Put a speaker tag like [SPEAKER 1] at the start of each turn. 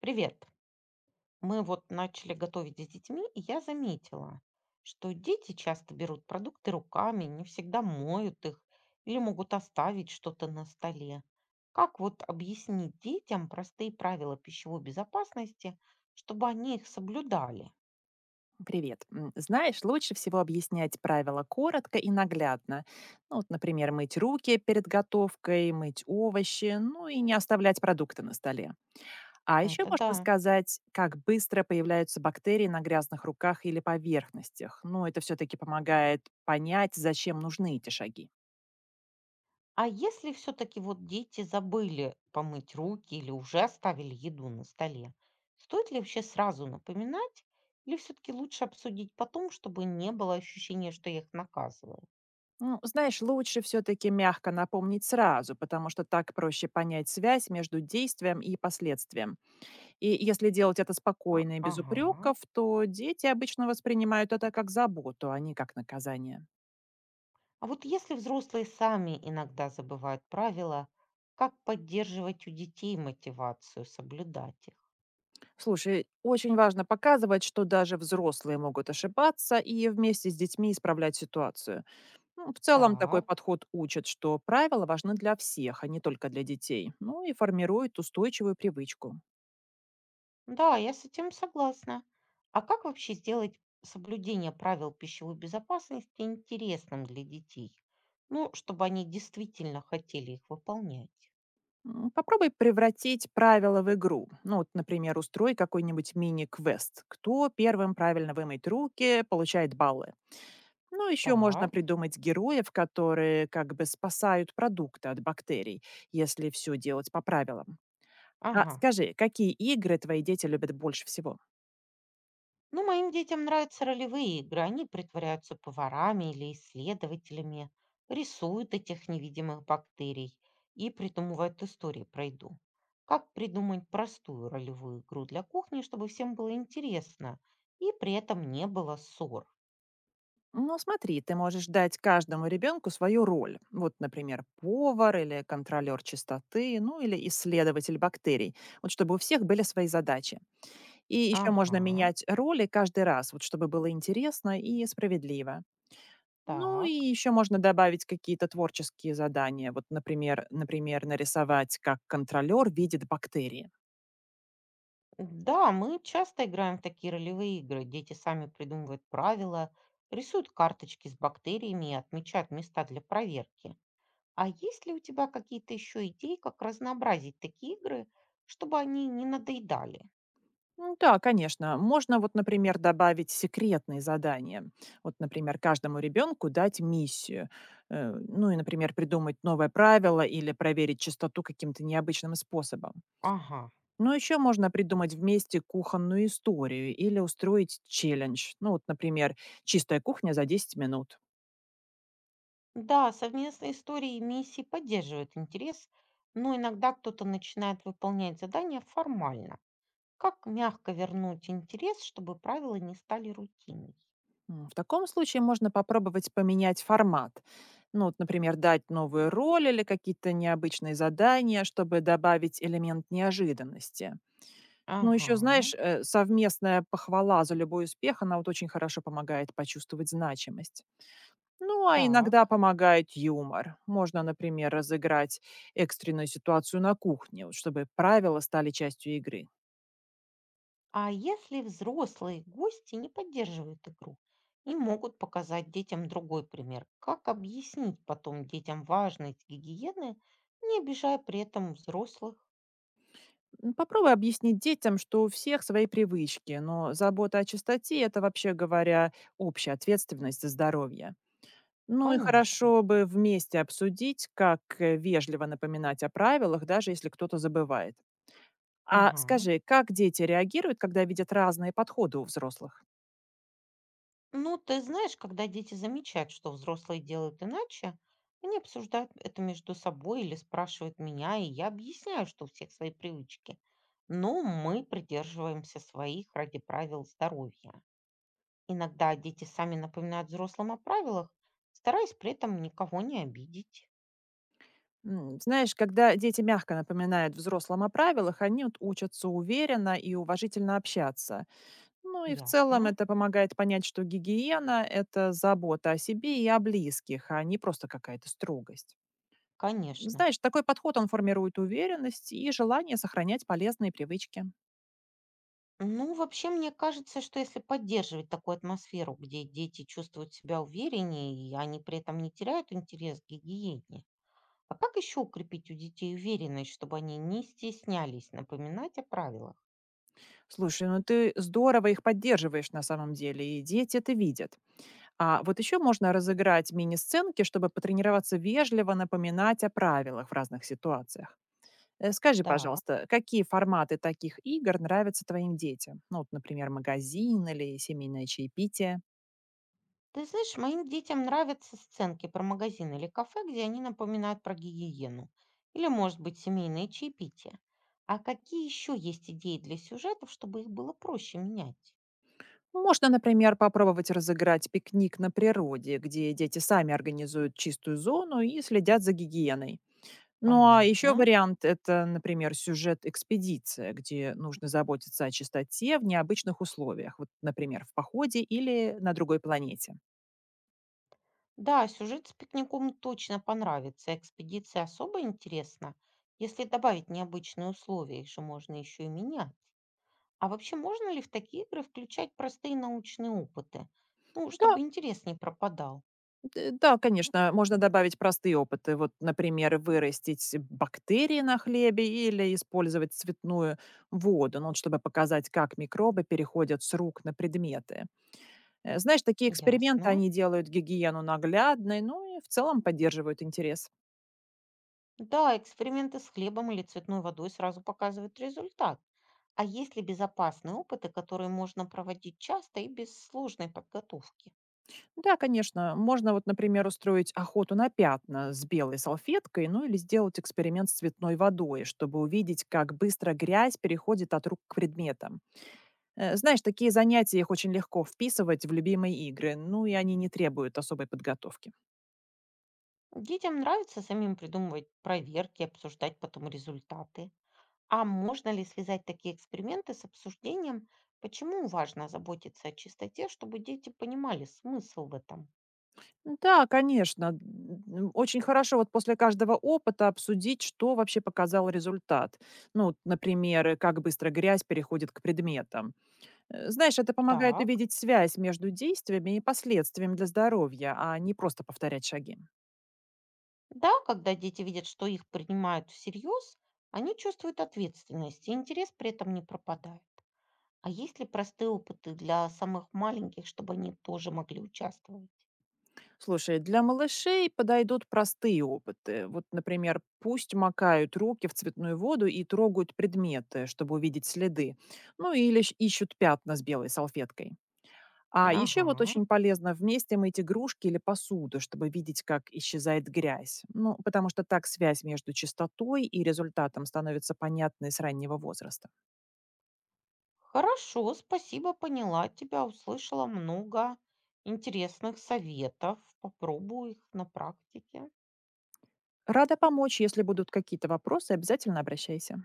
[SPEAKER 1] Привет. Мы вот начали готовить с детьми, и я заметила, что дети часто берут продукты руками, не всегда моют их или могут оставить что-то на столе. Как вот объяснить детям простые правила пищевой безопасности, чтобы они их соблюдали?
[SPEAKER 2] Привет. Знаешь, лучше всего объяснять правила коротко и наглядно. Ну, вот, например, мыть руки перед готовкой, мыть овощи, ну и не оставлять продукты на столе. А еще
[SPEAKER 1] Это
[SPEAKER 2] можно
[SPEAKER 1] да.
[SPEAKER 2] сказать, как быстро появляются бактерии на грязных руках или поверхностях. Ну, это все-таки помогает понять, зачем нужны эти шаги.
[SPEAKER 1] А если все-таки вот дети забыли помыть руки или уже оставили еду на столе, стоит ли вообще сразу напоминать или все-таки лучше обсудить потом, чтобы не было ощущения, что я их наказываю?
[SPEAKER 2] Ну, знаешь, лучше все-таки мягко напомнить сразу, потому что так проще понять связь между действием и последствием. И если делать это спокойно и без
[SPEAKER 1] Ага.
[SPEAKER 2] упреков, то дети обычно воспринимают это как заботу, а не как наказание.
[SPEAKER 1] А вот если взрослые сами иногда забывают правила, как поддерживать у детей мотивацию соблюдать их?
[SPEAKER 2] Слушай, очень важно показывать, что даже взрослые могут ошибаться и вместе с детьми исправлять ситуацию. Ну, в целом такой
[SPEAKER 1] Так.
[SPEAKER 2] подход учит, что правила важны для всех, а не только для детей. Ну и формирует устойчивую привычку.
[SPEAKER 1] Да, я с этим согласна. А как вообще сделать соблюдение правил пищевой безопасности интересным для детей? Ну, чтобы они действительно хотели их выполнять.
[SPEAKER 2] Попробуй превратить правила в игру. Ну, вот, например, устрой какой-нибудь мини-квест. Кто первым правильно вымыть руки, получает баллы. Ну, еще можно
[SPEAKER 1] Так,
[SPEAKER 2] придумать героев, которые как бы спасают продукты от бактерий, если все делать по правилам. А
[SPEAKER 1] ага.
[SPEAKER 2] скажи, какие игры твои дети любят больше всего?
[SPEAKER 1] Ну, моим детям нравятся ролевые игры. Они притворяются поварами или исследователями, рисуют этих невидимых бактерий и придумывают истории про еду. Как придумать простую ролевую игру для кухни, чтобы всем было интересно и при этом не было ссор?
[SPEAKER 2] Ну, смотри, ты можешь дать каждому ребенку свою роль. Вот, например, повар или контролер чистоты, ну или исследователь бактерий. Вот чтобы у всех были свои задачи. И еще можно
[SPEAKER 1] Ага,
[SPEAKER 2] менять роли каждый раз, вот чтобы было интересно и справедливо. Ну
[SPEAKER 1] так.
[SPEAKER 2] и еще можно добавить какие-то творческие задания. Вот, например, нарисовать, как контролер видит бактерии.
[SPEAKER 1] Да, мы часто играем в такие ролевые игры. Дети сами придумывают правила, рисуют карточки с бактериями и отмечают места для проверки. А есть ли у тебя какие-то еще идеи, как разнообразить такие игры, чтобы они не надоедали?
[SPEAKER 2] Ну да, конечно. Можно вот, например, добавить секретные задания. Вот, например, каждому ребенку дать миссию. Ну и, например, придумать новое правило или проверить чистоту каким-то необычным способом.
[SPEAKER 1] Ага.
[SPEAKER 2] Но еще можно придумать вместе кухонную историю или устроить челлендж. Ну вот, например, чистая кухня за 10 минут.
[SPEAKER 1] Да, совместные истории и миссии поддерживают интерес, но иногда кто-то начинает выполнять задания формально. Как мягко вернуть интерес, чтобы правила не стали рутиной?
[SPEAKER 2] В таком случае можно попробовать поменять формат. Ну, вот, например, дать новую роль или какие-то необычные задания, чтобы добавить элемент неожиданности. Ну, еще,
[SPEAKER 1] Ага.
[SPEAKER 2] знаешь, совместная похвала за любой успех, она вот очень хорошо помогает почувствовать значимость. Ну, а иногда
[SPEAKER 1] Так.
[SPEAKER 2] помогает юмор. Можно, например, разыграть экстренную ситуацию на кухне, вот чтобы правила стали частью игры.
[SPEAKER 1] А если взрослые гости не поддерживают игру и могут показать детям другой пример, как объяснить потом детям важность гигиены, не обижая при этом взрослых?
[SPEAKER 2] Попробуй объяснить детям, что у всех свои привычки, но забота о чистоте– это, вообще говоря, общая ответственность за здоровье. Ну и
[SPEAKER 1] Конечно.
[SPEAKER 2] хорошо бы вместе обсудить, как вежливо напоминать о правилах, даже если кто-то забывает. А
[SPEAKER 1] Ага.
[SPEAKER 2] скажи, как дети реагируют, когда видят разные подходы у взрослых?
[SPEAKER 1] Ну, ты знаешь, когда дети замечают, что взрослые делают иначе, они обсуждают это между собой или спрашивают меня, и я объясняю, что у всех свои привычки. Но мы придерживаемся своих ради правил здоровья. Иногда дети сами напоминают взрослым о правилах, стараясь при этом никого не обидеть.
[SPEAKER 2] Знаешь, когда дети мягко напоминают взрослым о правилах, они вот учатся уверенно и уважительно общаться. Ну и в
[SPEAKER 1] Ясно,
[SPEAKER 2] целом это помогает понять, что гигиена– это забота о себе и о близких, а не просто какая-то строгость.
[SPEAKER 1] конечно.
[SPEAKER 2] Знаешь, такой подход, он формирует уверенность и желание сохранять полезные привычки.
[SPEAKER 1] Ну, вообще, мне кажется, что если поддерживать такую атмосферу, где дети чувствуют себя увереннее, и они при этом не теряют интерес к гигиене, а как еще укрепить у детей уверенность, чтобы они не стеснялись напоминать о правилах?
[SPEAKER 2] Слушай, ну ты здорово их поддерживаешь на самом деле, и дети это видят. А вот еще можно разыграть мини-сценки, чтобы потренироваться вежливо напоминать о правилах в разных ситуациях. Скажи,
[SPEAKER 1] Так.
[SPEAKER 2] пожалуйста, какие форматы таких игр нравятся твоим детям? Ну, вот, например, магазин или семейное чаепитие?
[SPEAKER 1] Ты знаешь, моим детям нравятся сценки про магазин или кафе, где они напоминают про гигиену. Или, может быть, семейное чаепитие. А какие еще есть идеи для сюжетов, чтобы их было проще менять?
[SPEAKER 2] Можно, например, попробовать разыграть пикник на природе, где дети сами организуют чистую зону и следят за гигиеной. Ну а еще
[SPEAKER 1] Понятно.
[SPEAKER 2] вариант– это, например, сюжет «Экспедиция», где нужно заботиться о чистоте в необычных условиях, вот, например, в походе или на другой планете.
[SPEAKER 1] Да, сюжет с пикником точно понравится. Экспедиция особо интересна. Если добавить необычные условия, их же можно еще и менять. А вообще, можно ли в такие игры включать простые научные опыты? Ну,
[SPEAKER 2] Да,
[SPEAKER 1] чтобы интерес не пропадал.
[SPEAKER 2] да, конечно, можно добавить простые опыты. Вот, например, вырастить бактерии на хлебе или использовать цветную воду, ну, вот чтобы показать, как микробы переходят с рук на предметы. Знаешь, такие эксперименты,
[SPEAKER 1] Ясно.
[SPEAKER 2] они делают гигиену наглядной, ну и в целом поддерживают интерес.
[SPEAKER 1] Да, эксперименты с хлебом или цветной водой сразу показывают результат. А есть ли безопасные опыты, которые можно проводить часто и без сложной подготовки?
[SPEAKER 2] Да, конечно, можно вот, например, устроить охоту на пятна с белой салфеткой, ну или сделать эксперимент с цветной водой, чтобы увидеть, как быстро грязь переходит от рук к предметам. Знаешь, такие занятия их очень легко вписывать в любимые игры, ну и они не требуют особой подготовки.
[SPEAKER 1] Детям нравится самим придумывать проверки, обсуждать потом результаты. А можно ли связать такие эксперименты с обсуждением, почему важно заботиться о чистоте, чтобы дети понимали смысл в этом?
[SPEAKER 2] Да, конечно. Очень хорошо вот после каждого опыта обсудить, что вообще показал результат. Ну, вот, например, как быстро грязь переходит к предметам. Знаешь, это помогает
[SPEAKER 1] Так.
[SPEAKER 2] увидеть связь между действиями и последствиями для здоровья, а не просто повторять шаги.
[SPEAKER 1] Да, когда дети видят, что их принимают всерьез, они чувствуют ответственность, и интерес при этом не пропадает. А есть ли простые опыты для самых маленьких, чтобы они тоже могли участвовать?
[SPEAKER 2] Слушай, для малышей подойдут простые опыты. Вот, например, пусть макают руки в цветную воду и трогают предметы, чтобы увидеть следы. Ну, или ищут пятна с белой салфеткой. А еще вот
[SPEAKER 1] Ага.
[SPEAKER 2] очень полезно вместе мыть игрушки или посуду, чтобы видеть, как исчезает грязь. Ну, потому что так связь между чистотой и результатом становится понятной с раннего возраста.
[SPEAKER 1] Хорошо, спасибо, поняла тебя, услышала много интересных советов. Попробую их на практике.
[SPEAKER 2] Рада помочь, если будут какие-то вопросы, обязательно обращайся.